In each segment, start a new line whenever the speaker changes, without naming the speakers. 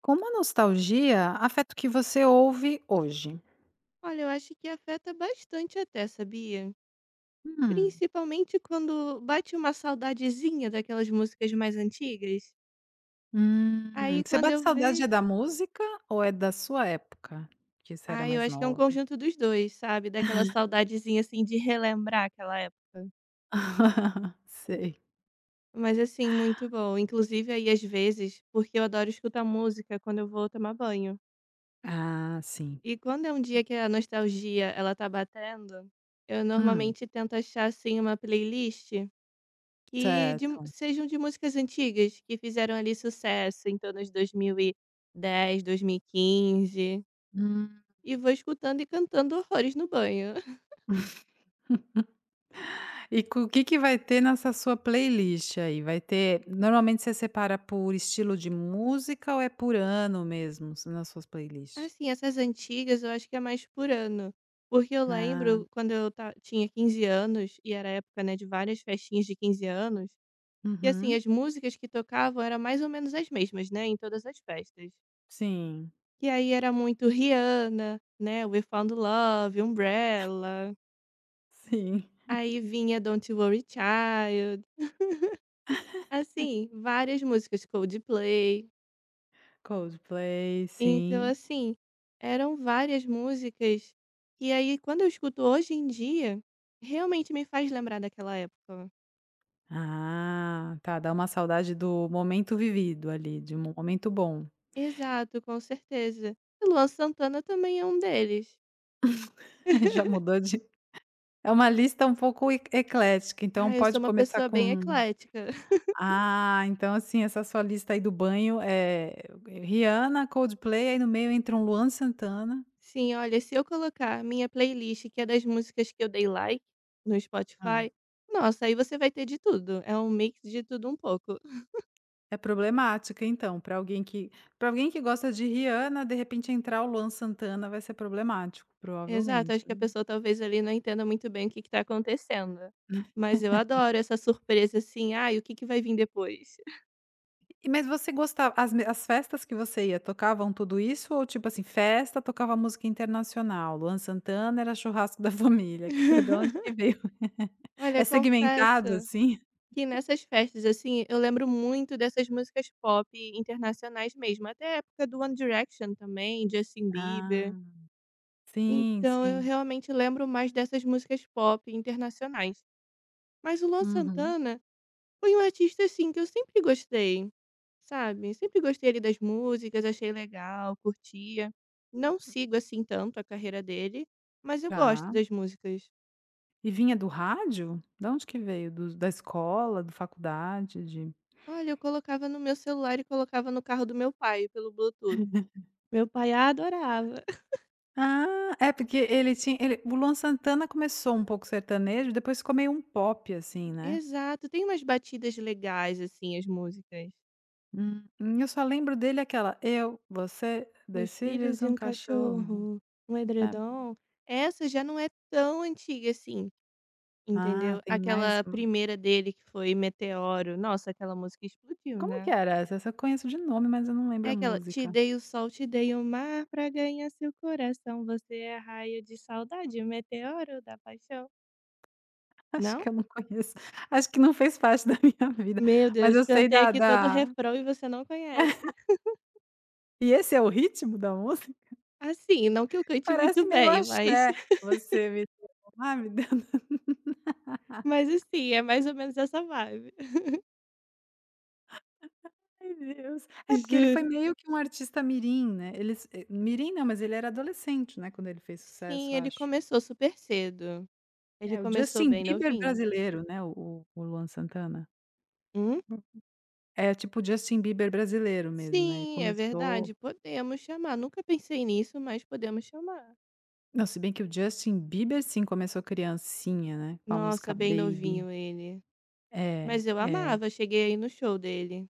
Como a nostalgia afeta o que você ouve hoje?
Olha, eu acho que afeta bastante até, sabia?
Hum,
Principalmente quando bate uma saudadezinha daquelas músicas mais antigas. Aí
você
quando
bate
eu
saudade
vejo.
é da música ou é da sua época, que você era
Ah, eu
mais
acho que é um
nova?
conjunto dos dois, sabe? Daquela saudadezinha, assim, de relembrar aquela época.
Sei.
Mas, assim, muito bom. Inclusive, aí, às vezes, porque eu adoro escutar música quando eu vou tomar banho.
Ah, sim.
E quando é um dia que a nostalgia, ela tá batendo, eu
Hum,
normalmente tento achar, assim, uma playlist que
certo.
sejam de músicas antigas, que fizeram ali sucesso em torno de 2010, 2015, e dez, 2015.
Hum.
E vou escutando e cantando horrores no banho.
E co o que que vai ter nessa sua playlist aí? Vai ter, normalmente você separa por estilo de música ou é por ano mesmo, s nas suas playlists?
Assim, essas antigas eu acho que é mais por ano, porque eu
Ah,
lembro quando eu ta tinha 15 anos, e era época, né, de várias festinhas de 15 anos, que assim,
uhum.
as músicas que tocavam eram mais ou menos as mesmas, né, em todas as festas.
Sim,
Que aí era muito Rihanna, né, We Found Love, Umbrella.
sim.
Aí vinha Don't You Worry Child, assim, várias músicas, Coldplay.
Coldplay,
Então
sim.
assim, eram várias músicas, e aí quando eu escuto hoje em dia, realmente me faz lembrar daquela época.
Ah, tá, dá uma saudade do momento vivido ali, de um momento bom.
Exato, com certeza. E Luan Santana também é um deles.
Já mudou de é uma lista um pouco e eclética, então
Ah, eu sou
pode
uma
começar
pessoa bem
com
eclética.
ah, então, assim, essa sua lista aí do banho é Rihanna, Coldplay, aí no meio entra um Luan Santana.
Sim, olha, se eu colocar minha playlist, que é das músicas que eu dei like no
Hã.
Spotify, nossa, aí você vai ter de tudo. É um mix de tudo um pouco.
É problemática, então, para alguém que, gosta de Rihanna, de repente entrar o Luan Santana vai ser problemático,
Exato,
provavelmente,
acho que a
né?
pessoa talvez ali não entenda muito bem o que que tá acontecendo. Mas eu adoro essa surpresa assim, ai, o que que vai vir depois?
E, mas você gostava, as festas que você ia, tocavam tudo isso? Ou tipo assim, festa tocava música internacional, Luan Santana era churrasco da família, que de onde que veio?
Olha,
É segmentado
confesso
assim?
que nessas festas, assim, eu lembro muito dessas músicas pop internacionais mesmo, até a época do One Direction também, Justin Bieber.
Ah, sim,
Então eu
sim.
realmente lembro mais dessas músicas pop internacionais. Mas o Luan
Uhum.
Santana foi um artista, assim, que eu sempre gostei, sabe, sempre gostei ali das músicas, achei legal, curtia. Não sigo, assim, tanto a carreira dele, mas eu gosto
Tá.
das músicas.
E vinha do rádio? De onde que veio? Do Da escola, da faculdade, de
Olha, eu colocava no meu celular e colocava no carro do meu pai pelo Bluetooth. Meu pai adorava.
ah, é porque ele tinha, ele o Luan Santana começou um pouco sertanejo, depois ficou meio um pop assim, né?
Exato, tem umas batidas legais, assim, as músicas.
Eu só lembro dele aquela: "Eu, você,
Dos
2
filhos
filhos,
e
1
um
cachorro".
cachorro, um
Sabe?
edredom. Essa já não é tão antiga assim.
Ah,
Entendeu?
tem mais
Aquela
uma.
primeira dele que foi Meteoro, nossa, aquela música explodiu,
Como que
né.
era essa? Essa eu conheço de nome, mas eu não
É
lembro a
aquela: "Te
música.
dei o sol, te dei o mar pra ganhar seu coração, você é raio de saudade, meteoro da paixão".
Acho
Não?
que eu não conheço. Acho que não fez parte da minha vida,
Meu
mas
Deus,
eu sei
cantei
da
aqui todo o
da
refrão e você não conhece.
E esse é o ritmo da música?
Assim, não que eu cante muito
Parece meio
bem, mas
axé. Você me deu, ai, me deu
mas assim, é mais ou menos essa vibe.
ai, Deus. É porque ele foi
Juro.
meio que um artista mirim, né. Ele, mirim não, mas ele era adolescente, né, quando ele fez
Sim,
sucesso,
ele
acho.
começou super cedo. Ele
É o
começou
Justin
bem
Bieber
novinho.
brasileiro, né, o Luan Santana.
Uhum.
É tipo o Justin Bieber brasileiro mesmo, né, ele
Sim, é
começou
verdade, podemos chamar. Nunca pensei nisso, mas podemos chamar.
não, se bem que o Justin Bieber sim começou criancinha, né, com a música
Nossa, bem
Baby.
novinho ele.
É,
Mas eu
é.
amava, cheguei aí no show dele.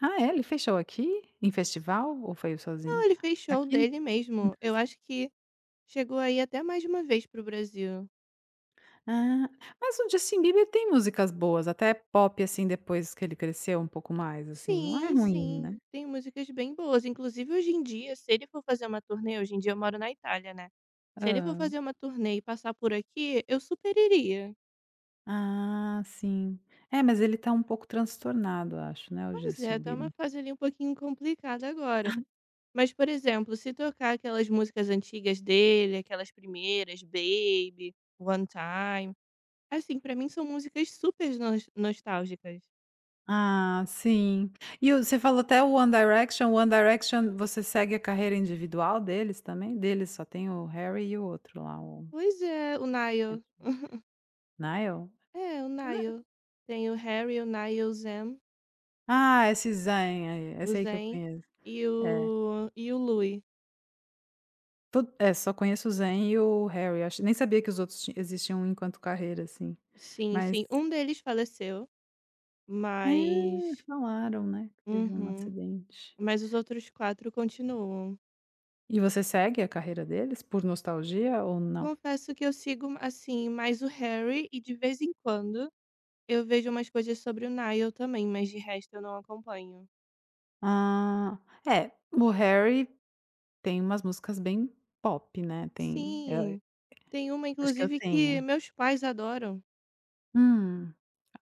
Ah, é, ele fechou aqui? Em festival ou foi
Não,
sozinho?
ele fez show
Aqui no
dele mesmo. Eu
Brasil.
acho que chegou aí até mais de uma vez pro Brasil.
Ah, mas o Justin Bieber tem músicas boas, até pop, assim, depois que ele cresceu um pouco mais, assim, não é
Sim,
ruim, né.
sim, tem músicas bem boas. Inclusive, hoje em dia, se ele for fazer uma turnê, hoje em dia eu moro na Itália, né? Se ele for
Hã.
fazer uma turnê e passar por aqui, eu super iria.
Ah, sim. É, mas ele tá um pouco transtornado, acho, né, o
Pois
Justin
é, tá uma
Bieber.
fase ali um pouquinho complicada agora. Mas, por exemplo, se tocar aquelas músicas antigas dele, aquelas primeiras, Baby, One Time, assim, pra mim são músicas super nostálgicas.
Ah, sim. E o você falou até o One Direction. O One Direction, você segue a carreira individual deles também? Deles só tem o Harry e o outro lá, o
Pois é, o Niall.
Niall?
É, o
N
Niall. Tem o Harry, o Niall,
ah, esse Zayn aí,
o
esse aí que eu
Zayn
conheço.
e
É,
e o Louis.
to é, só conheço o Zayn e o Harry, acho nem sabia que os outros ti existiam enquanto carreira, assim.
Sim,
Mas
sim. Um deles faleceu,
é,
mas.
falaram, né, que teve um
Uhum.
acidente.
Mas os outros quatro continuam.
E você segue a carreira deles por nostalgia ou não?
Confesso que eu sigo, assim, mais o Harry e de vez em quando eu vejo umas coisas sobre o Nile também, mas de resto eu não acompanho.
Ah, é, o Harry tem umas músicas bem pop, né, tem,
Sim, tem uma
acho que eu
inclusive que
tenho.
meus pais adoram,
Hum,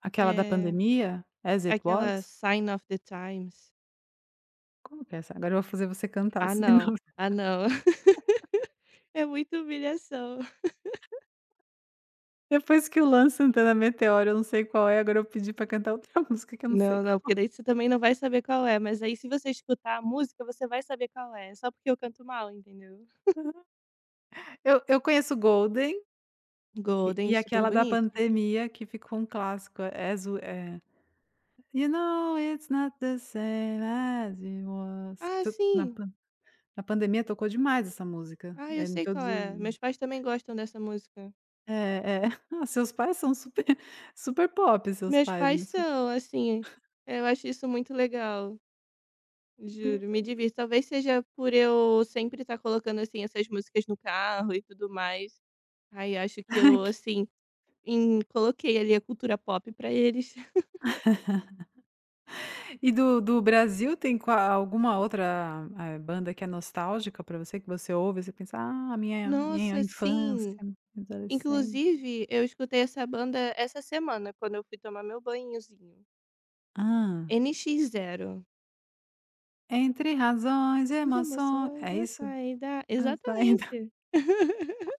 Aquela da
é
pandemia, As It
aquela
Was?
Sign of the Times.
Como que é essa? Agora eu vou fazer você cantar,
Ah não,
senão
ah não. É muita humilhação.
depois que o Luan Santana Meteora, eu não sei qual é, agora eu pedi pra cantar outra música que eu não sei
Não, não,
qual
porque daí você também não vai saber qual é, mas aí se você escutar a música, você vai saber qual é, só porque eu canto mal, entendeu.
eu conheço Golden,
Golden,
e
super
aquela da
bonita.
pandemia que ficou um clássico, é You know it's not the same as it was. Que
Ah
to na
sim,
pan na pandemia tocou demais essa música,
eu
é, em
sei qual
todos
é,
os
meus pais também gostam dessa música.
é, é. Ah, seus pais são super super pop, seus
Meus
pais,
pais
né, super
são, assim, eu acho isso muito legal, juro, me divirto. Talvez seja por eu sempre estar colocando, assim, essas músicas no carro e tudo mais. Aí acho que eu, assim, coloquei ali a cultura pop pra eles.
E do Brasil, tem, qua alguma outra, banda que é nostálgica pra você, que você ouve e você pensa: "Ah, minha
Nossa,
infância,
sim!
minha adolescência".
Inclusive, eu escutei essa banda essa semana, quando eu fui tomar meu banhozinho.
Ah,
NX Zero.
entre razões e
As
emoções,
emoções
é
já
isso?
saem da
Ah, tá.
exatamente.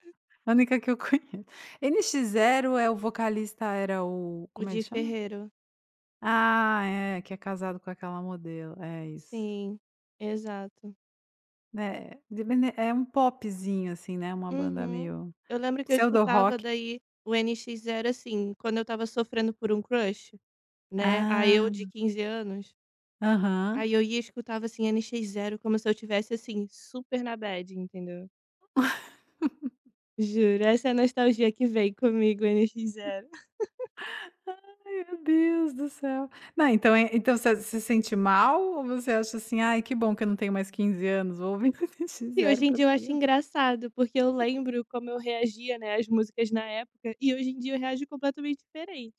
A única que eu conheço. N NX Zero é o vocalista, era o,
O
como ele
de
chama?
Ferreiro.
Ah, é, que é casado com aquela modelo. É isso.
Sim, exato.
É, de mene é um popzinho, assim, né, uma banda
Uhum.
meio
Eu lembro que eu
pseudo
escutava
rock.
daí o N X Zero assim, quando eu estava sofrendo por um crush, né, aí eu de
Ah,
15 anos,
aham.
aí eu ia e escutava, assim, N X Zero como se eu tivesse assim, super na bad, entendeu. Juro, essa é a nostalgia que veio comigo, N X Zero.
Ai, meu Deus do céu. Não, então você se sente mal, ou você acha assim: "Ai, que bom que eu não tenho mais 15 anos, vou ouvir N NX
E hoje
Zero
em
pra
dia eu acho
saber".
engraçado, porque eu lembro como eu reagia, né, às músicas na época, e hoje em dia eu reajo completamente diferente,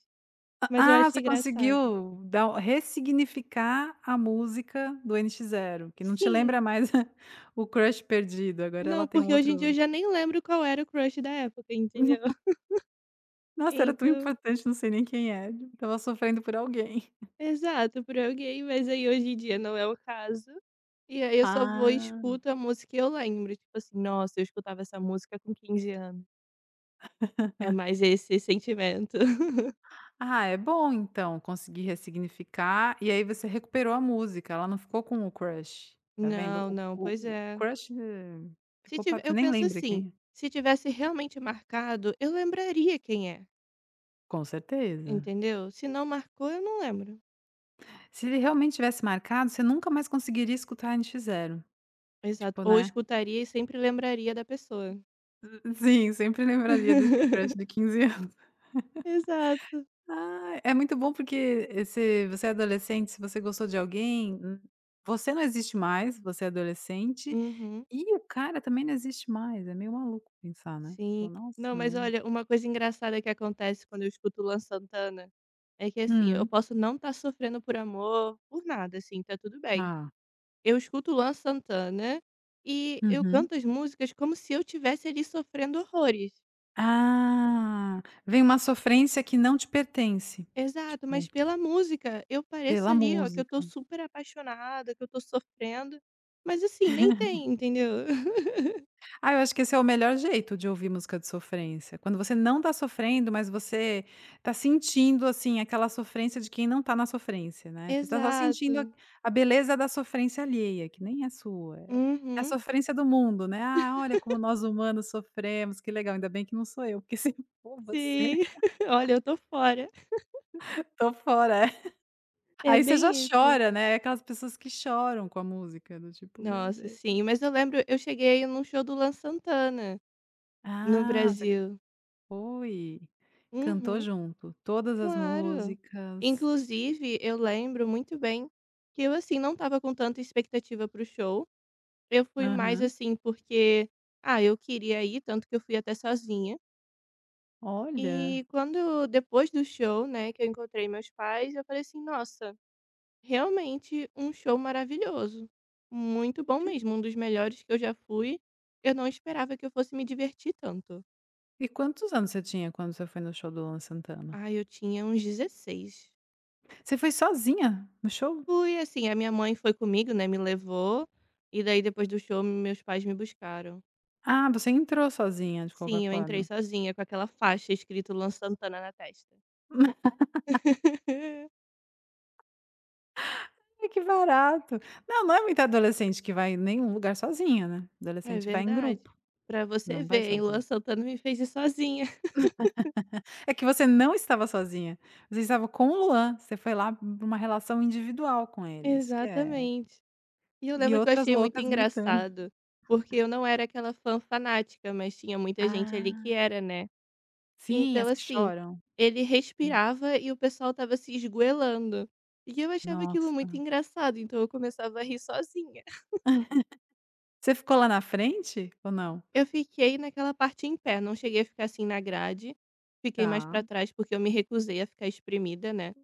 mas eu
Ah,
acho
você
engraçado.
conseguiu dar ressignificar a música do nx zero, que não te
Sim.
lembra mais o crush perdido, agora ela
Não,
tem um
porque hoje em
outro
dia eu já nem lembro qual era o crush da época, entendeu.
nossa, era tão
Então
importante, não sei nem quem é, tava sofrendo por alguém.
exato, pra alguém, mas aí hoje em dia não é o caso. E aí eu só vou e
Ah.
escuto a música e eu lembro, tipo assim: "Nossa, eu escutava essa música com 15 anos". É mais esse sentimento.
Ah, é bom então, conseguir ressignificar, e aí você recuperou a música, ela não ficou com o crush, tá vendo?
Não,
O
não, pois
o o
é.
crush,
Se
ficou pra
tive
você,
eu
nem
penso
lembra
assim:
quem é.
"Se tivesse realmente marcado, eu lembraria quem é",
Com certeza.
entendeu? Se não marcou, eu não lembro.
Se ele realmente tivesse marcado, você nunca mais conseguiria escutar nx zero.
Exato.
Tipo,
Ou
né.
escutaria e sempre lembraria da pessoa.
Sim, sempre lembraria desse crush de 15 anos.
Exato.
Ah, é muito bom porque, se você é adolescente, se você gostou de alguém, você não existe mais, você é adolescente,
Uhum.
e o cara também não existe mais, é meio maluco pensar, né. Tipo,
Sim.
nossa.
Não, mas olha, uma coisa engraçada que acontece quando eu escuto o Luan Santana é que, assim, eu
Hum,
posso não estar sofrendo por amor, por nada, assim, tá tudo bem.
tá.
Eu escuto o Luan Santana e eu
Uhum.
canto as músicas como se eu tivesse ali sofrendo horrores.
Ah, vem uma sofrência que não te pertence,
Exato,
tipo,
mas pela música eu pareço
pela
ali, ó, que eu
música.
tô super apaixonada, que eu tô sofrendo, mas assim, nem tem, entendeu?
Ah, eu acho que esse é o melhor jeito de ouvir música de sofrência. Quando você não tá sofrendo, mas você tá sentindo, assim, aquela sofrência de quem não tá na sofrência, né. Você tá só sentindo
Exato.
a beleza da sofrência alheia, que nem é sua. É a
Uhum.
sofrência do mundo, né. "Ah, olha como nós humanos sofremos, que legal, ainda bem que não sou eu, porque se for você,
Sim. Olha, eu tô fora.
tô fora". É.
É
Aí você já
bem isso.
chora, né, aquelas pessoas que choram com a música, do tipo: "Meu
Nossa,
Deus".
sim. Mas eu lembro eu cheguei num show do Lan Santana, no
Ah,
Brasil.
oi, cantou
Uhum,
junto, todas as
claro.
músicas.
Inclusive, eu lembro muito bem que eu, assim, não estava com tanta expectativa pro show. Eu fui mais,
Aham.
assim, porque, ah, eu queria ir, tanto que eu fui até sozinha.
Olha.
E quando depois do show, né, que eu encontrei meus pais, eu falei assim: "Nossa, realmente um show maravilhoso. Muito bom mesmo, um dos melhores que eu já fui. Eu não esperava que eu fosse me divertir tanto".
E quantos anos você tinha quando você foi no show do Luan Santana?
Ah, eu tinha uns 16.
Você foi sozinha no show?
Fui assim, a minha mãe foi comigo, né, me levou, e daí depois do show meus pais me buscaram.
Ah, você entrou sozinha de qualquer
Sim, eu entrei
forma.
sozinha com aquela faixa escrito Luan Santana na testa.
Ai, que barato. Não, não é muita adolescente que vai em nenhum lugar sozinha, né.
É
Adolescente vai em
verdade.
grupo,
Pra você
não vai
ver, hein, Luan
sozinha.
Santana me fez ir sozinha.
É que você não estava sozinha, você estava com o Luan, você foi lá para uma relação individual com eles, que é.
Exatamente. E eu
E
lembro que eu
outras
achei muito
loucas gritando.
engraçado, porque eu não era aquela fã fanática, mas tinha muita gente ali
Ah.
que era, né.
Sim,
Então,
as que
assim,
choram.
ele
Sim.
respirava e o pessoal estava se esgoelando. E eu achava aquilo
Nossa.
muito engraçado, então eu começava a rir sozinha.
Você ficou lá na frente ou não?
Eu fiquei naquela parte em pé, não cheguei a ficar assim na grade, fiquei mais
Tá.
pra trás porque eu me recusei a ficar espremida, né?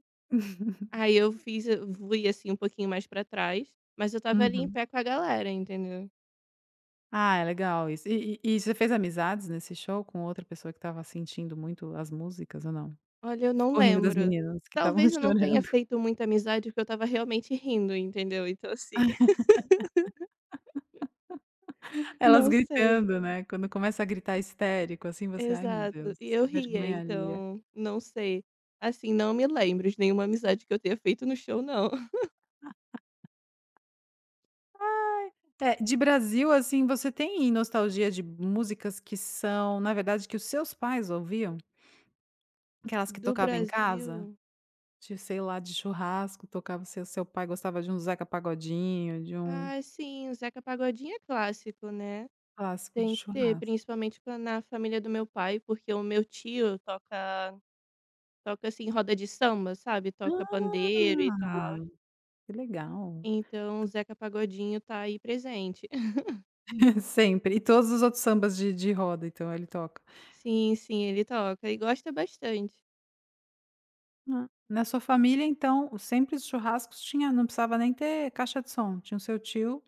Aí eu fiz, Fui assim um pouquinho mais pra trás, mas eu tava ali em
Uhum.
pé com a galera, entendeu?
Ah, é legal isso. E você fez amizades nesse show com outra pessoa que estava sentindo muito as músicas ou não?
Olha, eu
Você
não
ficou rindo das
lembro.
meninas que estavam
Talvez eu não tenha
chorando,
feito muita amizade porque eu tava realmente rindo, entendeu? Então, assim,
elas
não sei.
gritando, né, quando começa a gritar histérico, assim, você: "Ai, meu
Exato.
Deus,
E eu
que
ria,
vergonha alheia".
então não sei. Assim, não me lembro de nenhuma amizade que eu tenha feito no show, não.
É, de Brasil, assim, você tem nostalgia de músicas que são, na verdade, que os seus pais ouviam? Aquelas que
Do
tocavam em casa?
Brasil?
De sei lá, de churrasco, tocava, se o seu pai gostava de um Zeca Pagodinho, de um
Ah, sim, o Zeca Pagodinho é clássico, né?
clássico de
Tem que ter,
churrasco.
principalmente com- na família do meu pai, porque o meu tio toca, toca assim, roda de samba, sabe? Toca pandeiro e
Ah,
tal.
que legal.
Então, o Zeca Pagodinho tá aí presente.
Sempre. E todos os outros sambas de roda, então, ele toca.
Sim, sim, ele toca e gosta bastante.
Ah, na sua família, então, sempre os churrascos tinha, não precisava nem ter caixa de som, tinha o seu tio,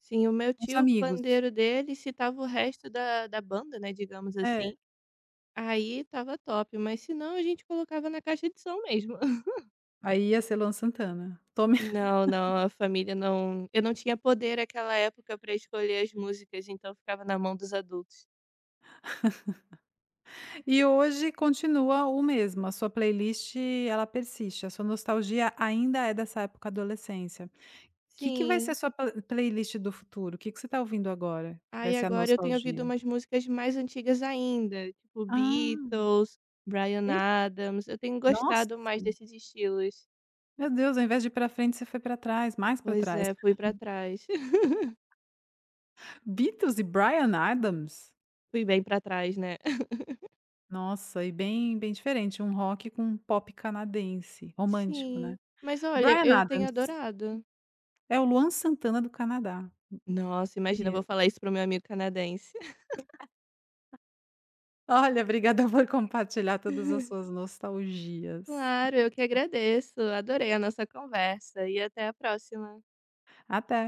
Sim, o meu
os
tio, o
amigos.
pandeiro dele se tava o resto da banda, né, digamos
É,
assim, aí tava top, mas se não a gente colocava na caixa de som mesmo.
aí ia ser Luan Santana. Tome
Não, não, a família não eu não tinha poder aquela época pra escolher as músicas, então ficava na mão dos adultos.
e hoje continua o mesmo, a sua playlist, ela persiste, a sua nostalgia ainda é dessa época, adolescência? Que vai ser a
Sim,
sua playlist do futuro? O que que você está ouvindo agora, que vai
aí
ser a
agora eu tenho ouvido
nostalgia?
umas músicas mais antigas ainda, tipo
Ah,
Beatles, Bryan
ixi,
Adams, eu tenho
nossa,
gostado mais desses estilos.
meu Deus, ao invés de ir pra frente, você foi pra trás, mais pra
Pois
trás.
é, fui pra trás.
Beatles e Bryan Adams?
Fui bem pra trás, né.
Nossa, e bem bem diferente, um rock com um pop canadense, romântico, né.
Sim. Mas olha,
Bryan
eu tenho
Adams,
adorado.
é o Luan Santana do Canadá,
Nossa, imagina, eu vou
seria.
falar isso para o meu amigo canadense.
Olha, obrigada por compartilhar todas as suas nostalgias.
Claro, eu que agradeço. Adorei a nossa conversa e até a próxima.
Até.